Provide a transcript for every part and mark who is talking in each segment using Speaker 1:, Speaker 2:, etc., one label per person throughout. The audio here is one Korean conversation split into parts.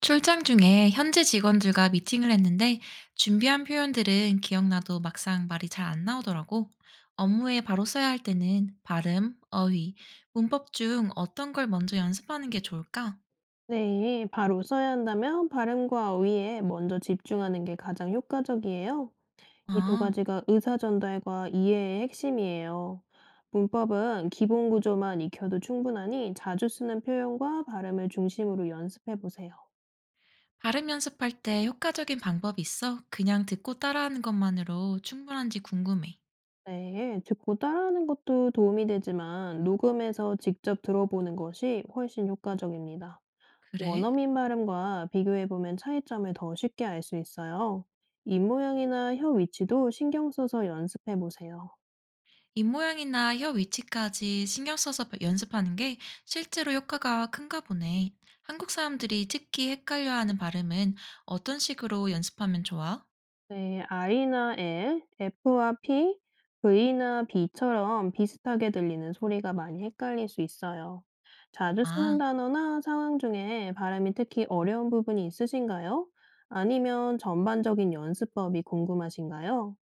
Speaker 1: 출장 중에 현지 직원들과 미팅을 했는데 준비한 표현들은 기억나도 막상 말이 잘 안 나오더라고. 업무에 바로 써야 할 때는 발음, 어휘, 문법 중 어떤 걸 먼저 연습하는 게 좋을까?
Speaker 2: 네, 바로 써야 한다면 발음과 어휘에 먼저 집중하는 게 가장 효과적이에요. 이 두
Speaker 1: 아,
Speaker 2: 가지가 의사 전달과 이해의 핵심이에요. 문법은 기본 구조만 익혀도 충분하니 자주 쓰는 표현과 발음을 중심으로 연습해 보세요.
Speaker 1: 발음 연습할 때 효과적인 방법이 있어? 그냥 듣고 따라하는 것만으로 충분한지 궁금해.
Speaker 2: 네, 듣고 따라하는 것도 도움이 되지만 녹음해서 직접 들어보는 것이 훨씬 효과적입니다.
Speaker 1: 그래?
Speaker 2: 원어민 발음과 비교해보면 차이점을 더 쉽게 알 수 있어요. 입모양이나 혀 위치도 신경 써서 연습해보세요.
Speaker 1: 입모양이나 혀 위치까지 신경 써서 연습하는 게 실제로 효과가 큰가 보네. 한국 사람들이 특히 헷갈려하는 발음은 어떤 식으로 연습하면 좋아?
Speaker 2: 네, I나 L, F와 P, V나 B처럼 비슷하게 들리는 소리가 많이 헷갈릴 수 있어요. 자주
Speaker 1: 아,
Speaker 2: 쓰는 단어나 상황 중에 발음이 특히 어려운 부분이 있으신가요? 아니면 전반적인 연습법이 궁금하신가요?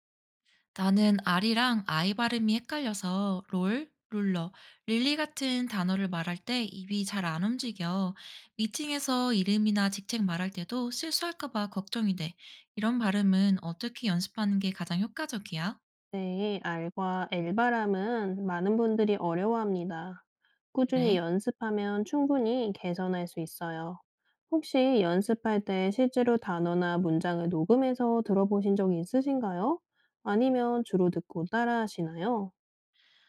Speaker 1: 나는 알이랑 아이 발음이 헷갈려서 롤, 룰러, 릴리 같은 단어를 말할 때 입이 잘 안 움직여. 미팅에서 이름이나 직책 말할 때도 실수할까 봐 걱정이 돼. 이런 발음은 어떻게 연습하는 게 가장 효과적이야?
Speaker 2: 네, 알과 엘발은 많은 분들이 어려워합니다. 꾸준히
Speaker 1: 그래.
Speaker 2: 연습하면 충분히 개선할 수 있어요. 혹시 연습할 때 실제로 단어나 문장을 녹음해서 들어보신 적이 있으신가요? 아니면 주로 듣고 따라하시나요?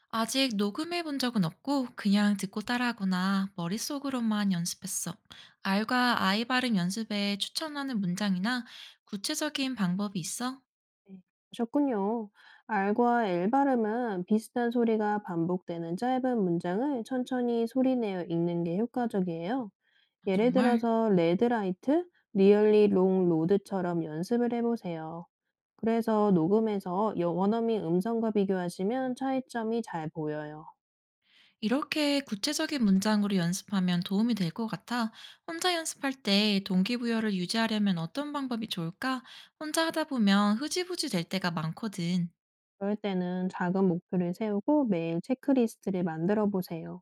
Speaker 1: 아직 녹음해 본 적은 없고 그냥 듣고 따라하거나 머릿속으로만 연습했어. 알과 아이 발음 연습에 추천하는 문장이나 구체적인 방법이 있어?
Speaker 2: 네, 그러셨군요. 알과 엘 발음은 비슷한 소리가 반복되는 짧은 문장을 천천히 소리내어 읽는 게 효과적이에요.
Speaker 1: 아,
Speaker 2: 예를
Speaker 1: 정말
Speaker 2: 들어서 레드라이트, 리얼리 롱 로드처럼 연습을 해보세요. 그래서 녹음해서 원어민 음성과 비교하시면 차이점이 잘 보여요.
Speaker 1: 이렇게 구체적인 문장으로 연습하면 도움이 될 것 같아. 혼자 연습할 때 동기부여를 유지하려면 어떤 방법이 좋을까? 혼자 하다 보면 흐지부지 될 때가 많거든.
Speaker 2: 그럴 때는 작은 목표를 세우고 매일 체크리스트를 만들어 보세요.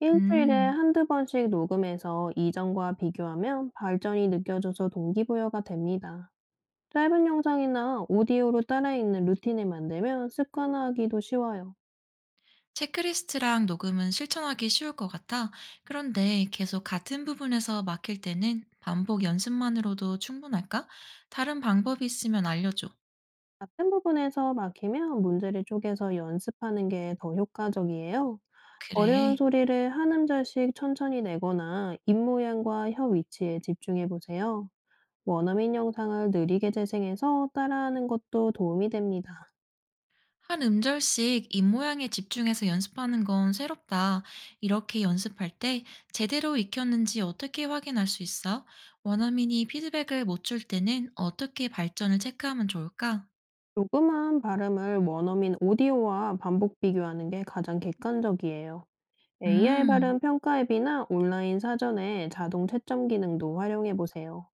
Speaker 2: 일주일에
Speaker 1: 음.
Speaker 2: 한두 번씩 녹음해서 이전과 비교하면 발전이 느껴져서 동기부여가 됩니다. 짧은 영상이나 오디오로 따라 읽는 루틴을 만들면 습관화하기도 쉬워요.
Speaker 1: 체크리스트랑 녹음은 실천하기 쉬울 것 같아. 그런데 계속 같은 부분에서 막힐 때는 반복 연습만으로도 충분할까? 다른 방법이 있으면 알려줘.
Speaker 2: 같은 부분에서 막히면 문제를 쪼개서 연습하는 게 더 효과적이에요. 어려운
Speaker 1: 그래.
Speaker 2: 소리를 한 음절씩 천천히 내거나 입 모양과 혀 위치에 집중해 보세요. 원어민 영상을 느리게 재생해서 따라하는 것도 도움이 됩니다.
Speaker 1: 한 음절씩 입 모양에 집중해서 연습하는 건 새롭다. 이렇게 연습할 때 제대로 익혔는지 어떻게 확인할 수 있어? 원어민이 피드백을 못 줄 때는 어떻게 발전을 체크하면 좋을까?
Speaker 2: 조그마한 발음을 원어민 오디오와 반복 비교하는 게 가장 객관적이에요. AI
Speaker 1: 음.
Speaker 2: 발음 평가 앱이나 온라인 사전에 자동 채점 기능도 활용해 보세요.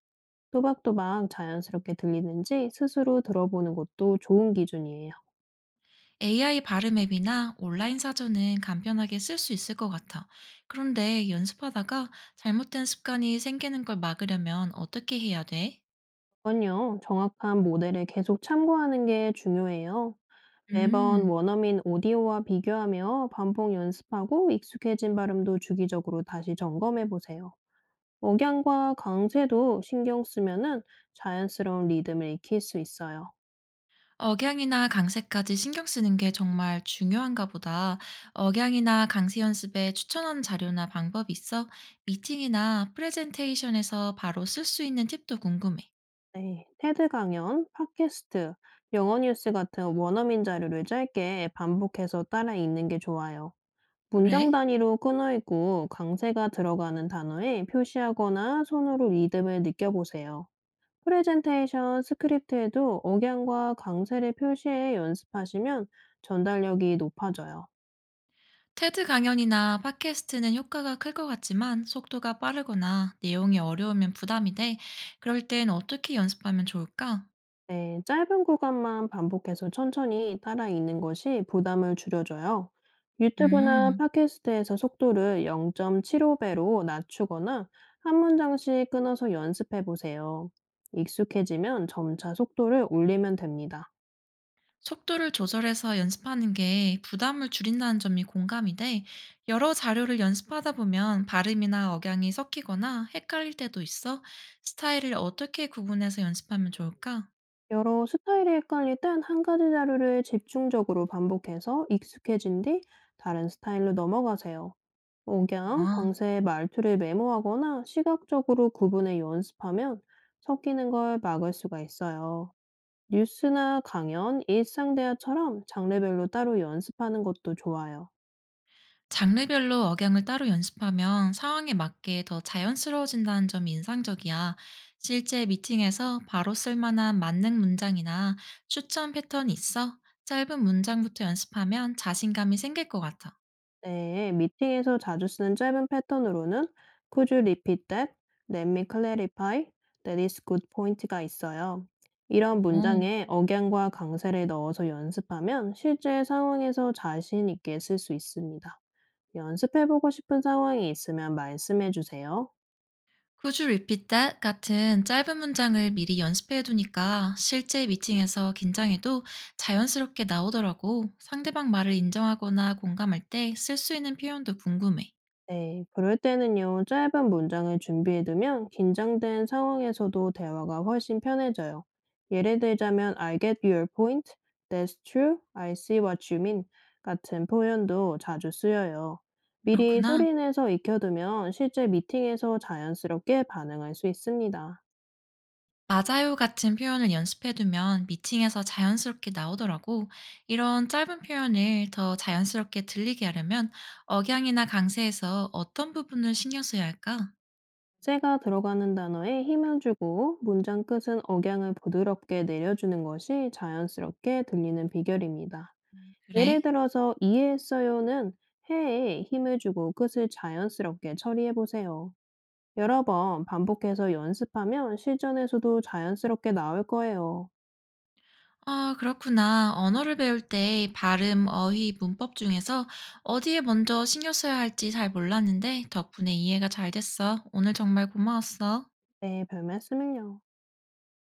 Speaker 2: 또박또박 자연스럽게 들리는지 스스로 들어보는 것도 좋은 기준이에요.
Speaker 1: AI 발음 앱이나 온라인 사전은 간편하게 쓸 수 있을 것 같아. 그런데 연습하다가 잘못된 습관이 생기는 걸 막으려면 어떻게 해야 돼?
Speaker 2: 그건요, 정확한 모델을 계속 참고하는 게 중요해요. 매번
Speaker 1: 음,
Speaker 2: 원어민 오디오와 비교하며 반복 연습하고 익숙해진 발음도 주기적으로 다시 점검해 보세요. 억양과 강세도 신경 쓰면은 자연스러운 리듬을 익힐 수 있어요.
Speaker 1: 억양이나 강세까지 신경 쓰는 게 정말 중요한가 보다. 억양이나 강세 연습에 추천하는 자료나 방법이 있어? 미팅이나 프레젠테이션에서 바로 쓸 수 있는 팁도 궁금해.
Speaker 2: 네, 테드 강연, 팟캐스트, 영어 뉴스 같은 원어민 자료를 짧게 반복해서 따라 읽는 게 좋아요. 문장
Speaker 1: 그래?
Speaker 2: 단위로 끊어 있고 강세가 들어가는 단어에 표시하거나 손으로 리듬을 느껴보세요. 프레젠테이션 스크립트에도 억양과 강세를 표시해 연습하시면 전달력이 높아져요.
Speaker 1: 테드 강연이나 팟캐스트는 효과가 클 것 같지만 속도가 빠르거나 내용이 어려우면 부담이 돼. 그럴 땐 어떻게 연습하면 좋을까?
Speaker 2: 네, 짧은 구간만 반복해서 천천히 따라 읽는 것이 부담을 줄여줘요. 유튜브나
Speaker 1: 음,
Speaker 2: 팟캐스트에서 속도를 0.75배로 낮추거나 한 문장씩 끊어서 연습해 보세요. 익숙해지면 점차 속도를 올리면 됩니다.
Speaker 1: 속도를 조절해서 연습하는 게 부담을 줄인다는 점이 공감이 돼. 여러 자료를 연습하다 보면 발음이나 억양이 섞이거나 헷갈릴 때도 있어. 스타일을 어떻게 구분해서 연습하면 좋을까?
Speaker 2: 여러 스타일이 헷갈릴 땐 한 가지 자료를 집중적으로 반복해서 익숙해진 뒤 다른 스타일로 넘어가세요. 억양,
Speaker 1: 아.
Speaker 2: 강세, 말투를 메모하거나 시각적으로 구분해 연습하면 섞이는 걸 막을 수가 있어요. 뉴스나 강연, 일상 대화처럼 장르별로 따로 연습하는 것도 좋아요.
Speaker 1: 장르별로 억양을 따로 연습하면 상황에 맞게 더 자연스러워진다는 점이 인상적이야. 실제 미팅에서 바로 쓸만한 만능 문장이나 추천 패턴이 있어? 짧은 문장부터 연습하면 자신감이 생길 것 같아.
Speaker 2: 네, 미팅에서 자주 쓰는 짧은 패턴으로는 Could you repeat that? Let me clarify. That is good point가 있어요. 이런
Speaker 1: 오,
Speaker 2: 문장에 억양과 강세를 넣어서 연습하면 실제 상황에서 자신 있게 쓸 수 있습니다. 연습해보고 싶은 상황이 있으면 말씀해 주세요.
Speaker 1: Could you repeat that? 같은 짧은 문장을 미리 연습해 두니까 실제 미팅에서 긴장해도 자연스럽게 나오더라고. 상대방 말을 인정하거나 공감할 때 쓸 수 있는 표현도 궁금해.
Speaker 2: 네, 그럴 때는요, 짧은 문장을 준비해 두면 긴장된 상황에서도 대화가 훨씬 편해져요. 예를 들자면, I get your point, that's true, I see what you mean 같은 표현도 자주 쓰여요. 미리
Speaker 1: 그렇구나.
Speaker 2: 소리내서 익혀두면 실제 미팅에서 자연스럽게 반응할 수 있습니다.
Speaker 1: 맞아요 같은 표현을 연습해두면 미팅에서 자연스럽게 나오더라고. 이런 짧은 표현을 더 자연스럽게 들리게 하려면 억양이나 강세에서 어떤 부분을 신경 써야 할까?
Speaker 2: 제가 들어가는 단어에 힘을 주고 문장 끝은 억양을 부드럽게 내려주는 것이 자연스럽게 들리는 비결입니다. 예를
Speaker 1: 그래?
Speaker 2: 들어서 이해했어요는 해에 힘을 주고 끝을 자연스럽게 처리해 보세요. 여러 번 반복해서 연습하면 실전에서도 자연스럽게 나올 거예요.
Speaker 1: 아, 그렇구나. 언어를 배울 때 발음, 어휘, 문법 중에서 어디에 먼저 신경 써야 할지 잘 몰랐는데 덕분에 이해가 잘 됐어. 오늘 정말 고마웠어.
Speaker 2: 네, 별 말씀을요.